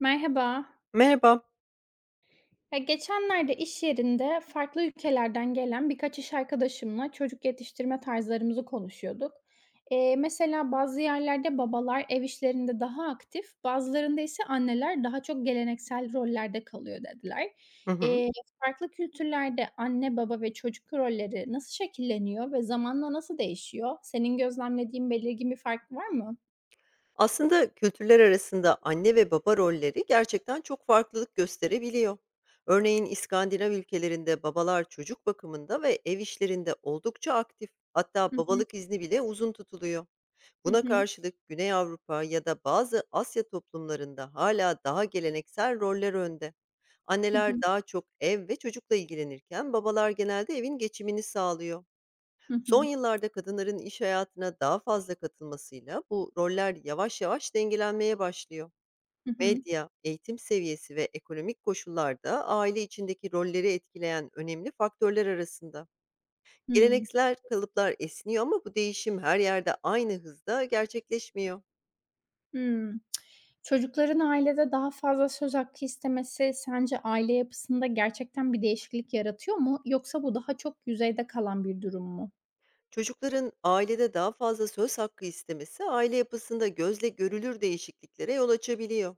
Merhaba. Merhaba. Ya geçenlerde iş yerinde farklı ülkelerden gelen birkaç iş arkadaşımla çocuk yetiştirme tarzlarımızı konuşuyorduk. Mesela bazı yerlerde babalar ev işlerinde daha aktif, bazılarında ise anneler daha çok geleneksel rollerde kalıyor dediler. Hı hı. Ee, Farklı kültürlerde anne, baba ve çocuk rolleri nasıl şekilleniyor ve zamanla nasıl değişiyor? Senin gözlemlediğin belirgin bir fark var mı? Aslında kültürler arasında anne ve baba rolleri gerçekten çok farklılık gösterebiliyor. Örneğin İskandinav ülkelerinde babalar çocuk bakımında ve ev işlerinde oldukça aktif. Hatta Hı hı, babalık izni bile uzun tutuluyor. hı Buna hı, karşılık Güney Avrupa ya da bazı Asya toplumlarında hala daha geleneksel roller önde. hı Anneler hı, daha çok ev ve çocukla ilgilenirken babalar genelde evin geçimini sağlıyor. hı Son hı, yıllarda kadınların iş hayatına daha fazla katılmasıyla bu roller yavaş yavaş dengelenmeye başlıyor. hı. Medya, eğitim seviyesi ve ekonomik koşullar da aile içindeki rolleri etkileyen önemli faktörler arasında. Geleneksel kalıplar esniyor ama bu değişim her yerde aynı hızda gerçekleşmiyor. Hımm. Çocukların ailede daha fazla söz hakkı istemesi sence aile yapısında gerçekten bir değişiklik yaratıyor mu yoksa bu daha çok yüzeyde kalan bir durum mu? Çocukların ailede daha fazla söz hakkı istemesi aile yapısında gözle görülür değişikliklere yol açabiliyor.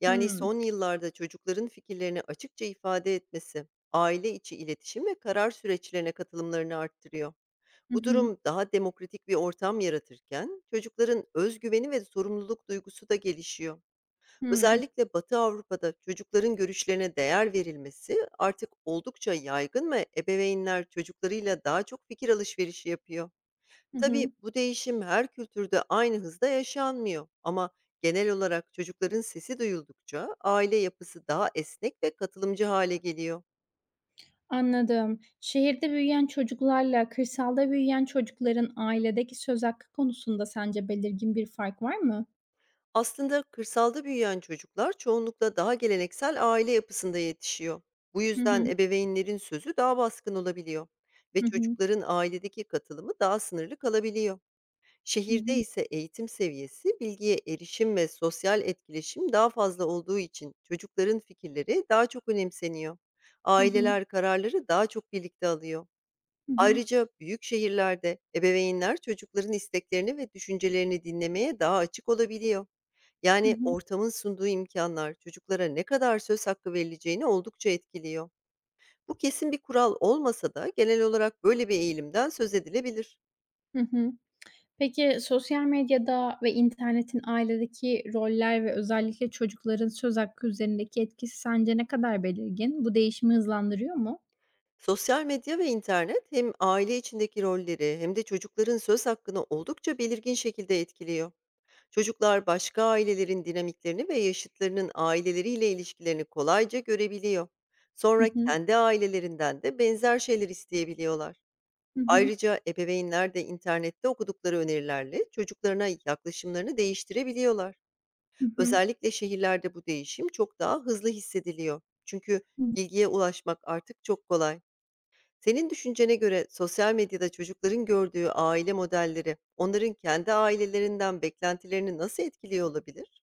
Yani Hımm. son yıllarda çocukların fikirlerini açıkça ifade etmesi, aile içi iletişim ve karar süreçlerine katılımlarını arttırıyor. Hı Bu hı. durum daha demokratik bir ortam yaratırken çocukların özgüveni ve sorumluluk duygusu da gelişiyor. Hımm. Özellikle Batı Avrupa'da çocukların görüşlerine değer verilmesi artık oldukça yaygın ve ebeveynler çocuklarıyla daha çok fikir alışverişi yapıyor. Hı Tabii hı. bu değişim her kültürde aynı hızda yaşanmıyor, ama genel olarak çocukların sesi duyuldukça aile yapısı daha esnek ve katılımcı hale geliyor. Anladım. Şehirde büyüyen çocuklarla kırsalda büyüyen çocukların ailedeki söz hakkı konusunda sence belirgin bir fark var mı? Aslında kırsalda büyüyen çocuklar çoğunlukla daha geleneksel aile yapısında yetişiyor. Bu Hı yüzden hı. ebeveynlerin sözü daha baskın olabiliyor ve Hı hı. çocukların ailedeki katılımı daha sınırlı kalabiliyor. Hı Şehirde hı. ise eğitim seviyesi, bilgiye erişim ve sosyal etkileşim daha fazla olduğu için çocukların fikirleri daha çok önemseniyor. Hı hı. Aileler kararları daha çok birlikte alıyor. Hı hı. Ayrıca büyük şehirlerde ebeveynler çocukların isteklerini ve düşüncelerini dinlemeye daha açık olabiliyor. Hı Yani hı. ortamın sunduğu imkanlar çocuklara ne kadar söz hakkı verileceğini oldukça etkiliyor. Bu kesin bir kural olmasa da genel olarak böyle bir eğilimden söz edilebilir. Hı hı. Peki, sosyal medyada ve internetin ailedeki roller ve özellikle çocukların söz hakkı üzerindeki etkisi sence ne kadar belirgin? Bu değişimi hızlandırıyor mu? Sosyal medya ve internet hem aile içindeki rolleri hem de çocukların söz hakkını oldukça belirgin şekilde etkiliyor. Çocuklar başka ailelerin dinamiklerini ve yaşıtlarının aileleriyle ilişkilerini kolayca görebiliyor. Hı Sonra hı. kendi ailelerinden de benzer şeyler isteyebiliyorlar. Hı hı. Ayrıca ebeveynler de internette okudukları önerilerle çocuklarına yaklaşımlarını değiştirebiliyorlar. Hı hı. Özellikle şehirlerde bu değişim çok daha hızlı hissediliyor. Çünkü bilgiye ulaşmak artık çok kolay. Senin düşüncene göre sosyal medyada çocukların gördüğü aile modelleri onların kendi ailelerinden beklentilerini nasıl etkiliyor olabilir?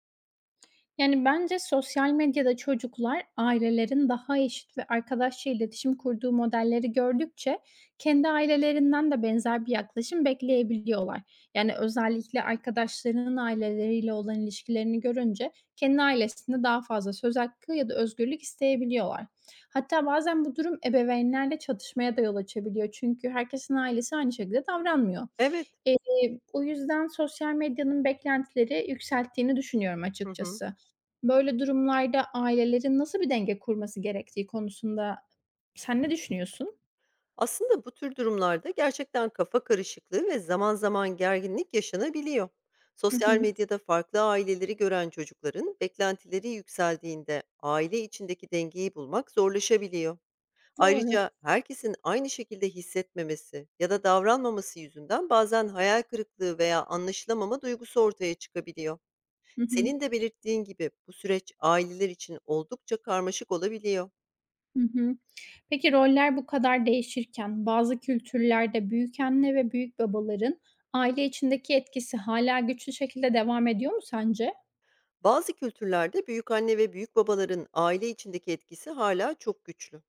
Yani, bence sosyal medyada çocuklar ailelerin daha eşit ve arkadaşça iletişim kurduğu modelleri gördükçe kendi ailelerinden de benzer bir yaklaşım bekleyebiliyorlar. Yani, özellikle arkadaşlarının aileleriyle olan ilişkilerini görünce kendi ailesinde daha fazla söz hakkı ya da özgürlük isteyebiliyorlar. Hatta bazen bu durum ebeveynlerle çatışmaya da yol açabiliyor çünkü herkesin ailesi aynı şekilde davranmıyor. Evet. O yüzden sosyal medyanın beklentileri yükselttiğini düşünüyorum Hı hı. açıkçası. Böyle durumlarda ailelerin nasıl bir denge kurması gerektiği konusunda sen ne düşünüyorsun? Aslında bu tür durumlarda gerçekten kafa karışıklığı ve zaman zaman gerginlik yaşanabiliyor. Hı Sosyal hı. medyada farklı aileleri gören çocukların beklentileri yükseldiğinde aile içindeki dengeyi bulmak zorlaşabiliyor. Doğru. Ayrıca herkesin aynı şekilde hissetmemesi ya da davranmaması yüzünden bazen hayal kırıklığı veya anlaşılamama duygusu ortaya çıkabiliyor. Hı hı. Senin de belirttiğin gibi bu süreç aileler için oldukça karmaşık olabiliyor. Hı hı. Peki roller bu kadar değişirken bazı kültürlerde büyükanne ve büyük babaların aile içindeki etkisi hala güçlü şekilde devam ediyor mu sence? Bazı kültürlerde büyükanne ve büyükbabaların aile içindeki etkisi hala çok güçlü.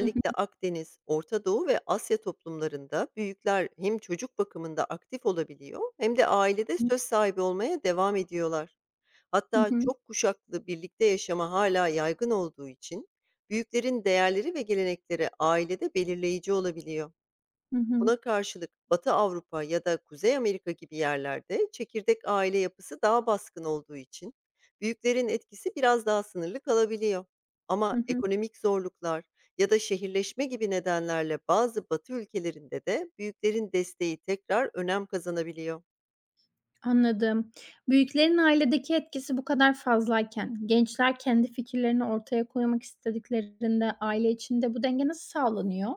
Hı hı. Akdeniz, Orta Doğu ve Asya toplumlarında büyükler hem çocuk bakımında aktif olabiliyor, hem de ailede Hı söz sahibi olmaya devam ediyorlar. Hatta hı. çok kuşaklı birlikte yaşama hala yaygın olduğu için büyüklerin değerleri ve gelenekleri ailede belirleyici olabiliyor. Hı hı. Buna karşılık Batı Avrupa ya da Kuzey Amerika gibi yerlerde çekirdek aile yapısı daha baskın olduğu için büyüklerin etkisi biraz daha sınırlı kalabiliyor. Ama Hı hı. ekonomik zorluklar ya da şehirleşme gibi nedenlerle bazı Batı ülkelerinde de büyüklerin desteği tekrar önem kazanabiliyor. Anladım. Büyüklerin ailedeki etkisi bu kadar fazlayken, gençler kendi fikirlerini ortaya koymak istediklerinde aile içinde bu denge nasıl sağlanıyor?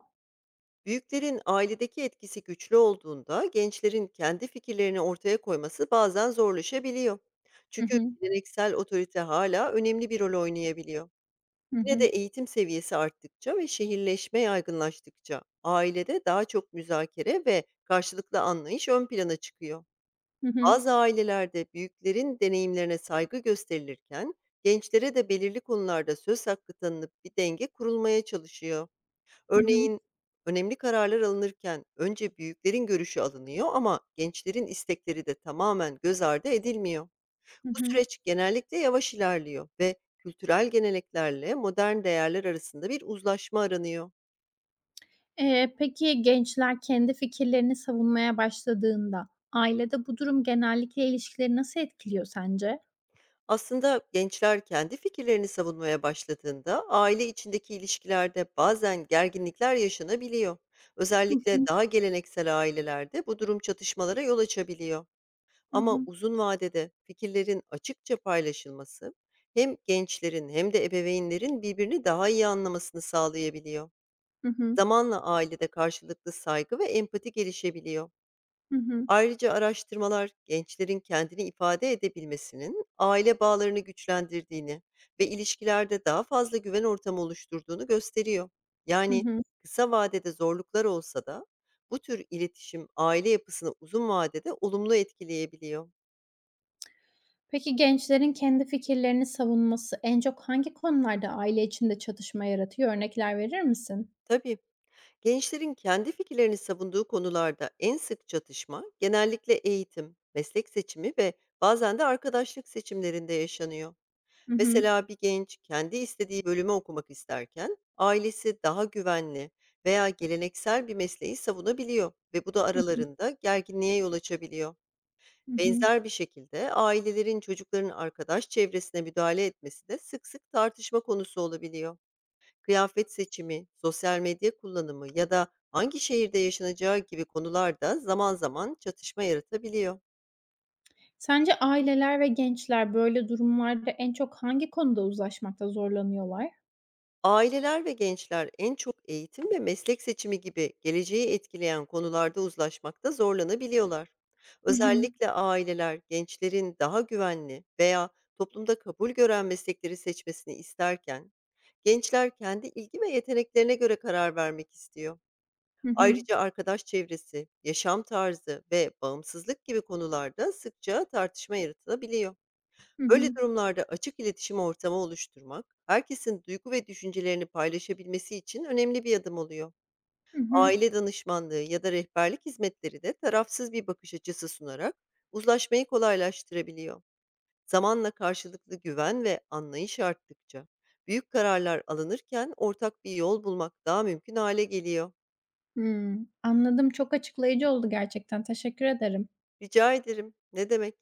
Büyüklerin ailedeki etkisi güçlü olduğunda gençlerin kendi fikirlerini ortaya koyması bazen zorlaşabiliyor. Hı Çünkü hı. geleneksel otorite hala önemli bir rol oynayabiliyor. Hı Yine de hı. eğitim seviyesi arttıkça ve şehirleşme yaygınlaştıkça ailede daha çok müzakere ve karşılıklı anlayış ön plana çıkıyor. Hı hı. Bazı ailelerde büyüklerin deneyimlerine saygı gösterilirken gençlere de belirli konularda söz hakkı tanınıp bir denge kurulmaya çalışıyor. Hı hı. Örneğin, önemli kararlar alınırken önce büyüklerin görüşü alınıyor, ama gençlerin istekleri de tamamen göz ardı edilmiyor. Hı Bu hı. süreç genellikle yavaş ilerliyor ve kültürel geleneklerle modern değerler arasında bir uzlaşma aranıyor. Peki gençler kendi fikirlerini savunmaya başladığında ailede bu durum genellikle ilişkileri nasıl etkiliyor sence? Aslında gençler kendi fikirlerini savunmaya başladığında aile içindeki ilişkilerde bazen gerginlikler yaşanabiliyor. Hı Özellikle hı. daha geleneksel ailelerde bu durum çatışmalara yol açabiliyor. Hı Ama hı. uzun vadede fikirlerin açıkça paylaşılması hem gençlerin hem de ebeveynlerin birbirini daha iyi anlamasını sağlayabiliyor. Hı hı. Zamanla ailede karşılıklı saygı ve empati gelişebiliyor. Hı hı. Ayrıca araştırmalar gençlerin kendini ifade edebilmesinin aile bağlarını güçlendirdiğini ve ilişkilerde daha fazla güven ortamı oluşturduğunu gösteriyor. Hı Yani hı. kısa vadede zorluklar olsa da bu tür iletişim aile yapısını uzun vadede olumlu etkileyebiliyor. Peki gençlerin kendi fikirlerini savunması en çok hangi konularda aile içinde çatışma yaratıyor? Örnekler verir misin? Tabii. Gençlerin kendi fikirlerini savunduğu konularda en sık çatışma genellikle eğitim, meslek seçimi ve bazen de arkadaşlık seçimlerinde yaşanıyor. Hı hı. Mesela bir genç kendi istediği bölümü okumak isterken ailesi daha güvenli veya geleneksel bir mesleği savunabiliyor ve bu da Hı hı. aralarında gerginliğe yol açabiliyor. Hı hı. Benzer bir şekilde ailelerin çocukların arkadaş çevresine müdahale etmesi de sık sık tartışma konusu olabiliyor. Kıyafet seçimi, sosyal medya kullanımı ya da hangi şehirde yaşanacağı gibi konularda zaman zaman çatışma yaratabiliyor. Sence aileler ve gençler böyle durumlarda en çok hangi konuda uzlaşmakta zorlanıyorlar? Aileler ve gençler en çok eğitim ve meslek seçimi gibi geleceği etkileyen konularda uzlaşmakta zorlanabiliyorlar. Hı hı. Özellikle aileler gençlerin daha güvenli veya toplumda kabul gören meslekleri seçmesini isterken, gençler kendi ilgi ve yeteneklerine göre karar vermek istiyor. Hı hı. Ayrıca arkadaş çevresi, yaşam tarzı ve bağımsızlık gibi konularda sıkça tartışma yaratılabiliyor. Hı hı. Böyle durumlarda açık iletişim ortamı oluşturmak, herkesin duygu ve düşüncelerini paylaşabilmesi için önemli bir adım oluyor. Hı hı. Aile danışmanlığı ya da rehberlik hizmetleri de tarafsız bir bakış açısı sunarak uzlaşmayı kolaylaştırabiliyor. Zamanla karşılıklı güven ve anlayış arttıkça büyük kararlar alınırken ortak bir yol bulmak daha mümkün hale geliyor. Hımm. Anladım, çok açıklayıcı oldu gerçekten. Teşekkür ederim. Rica ederim. Ne demek?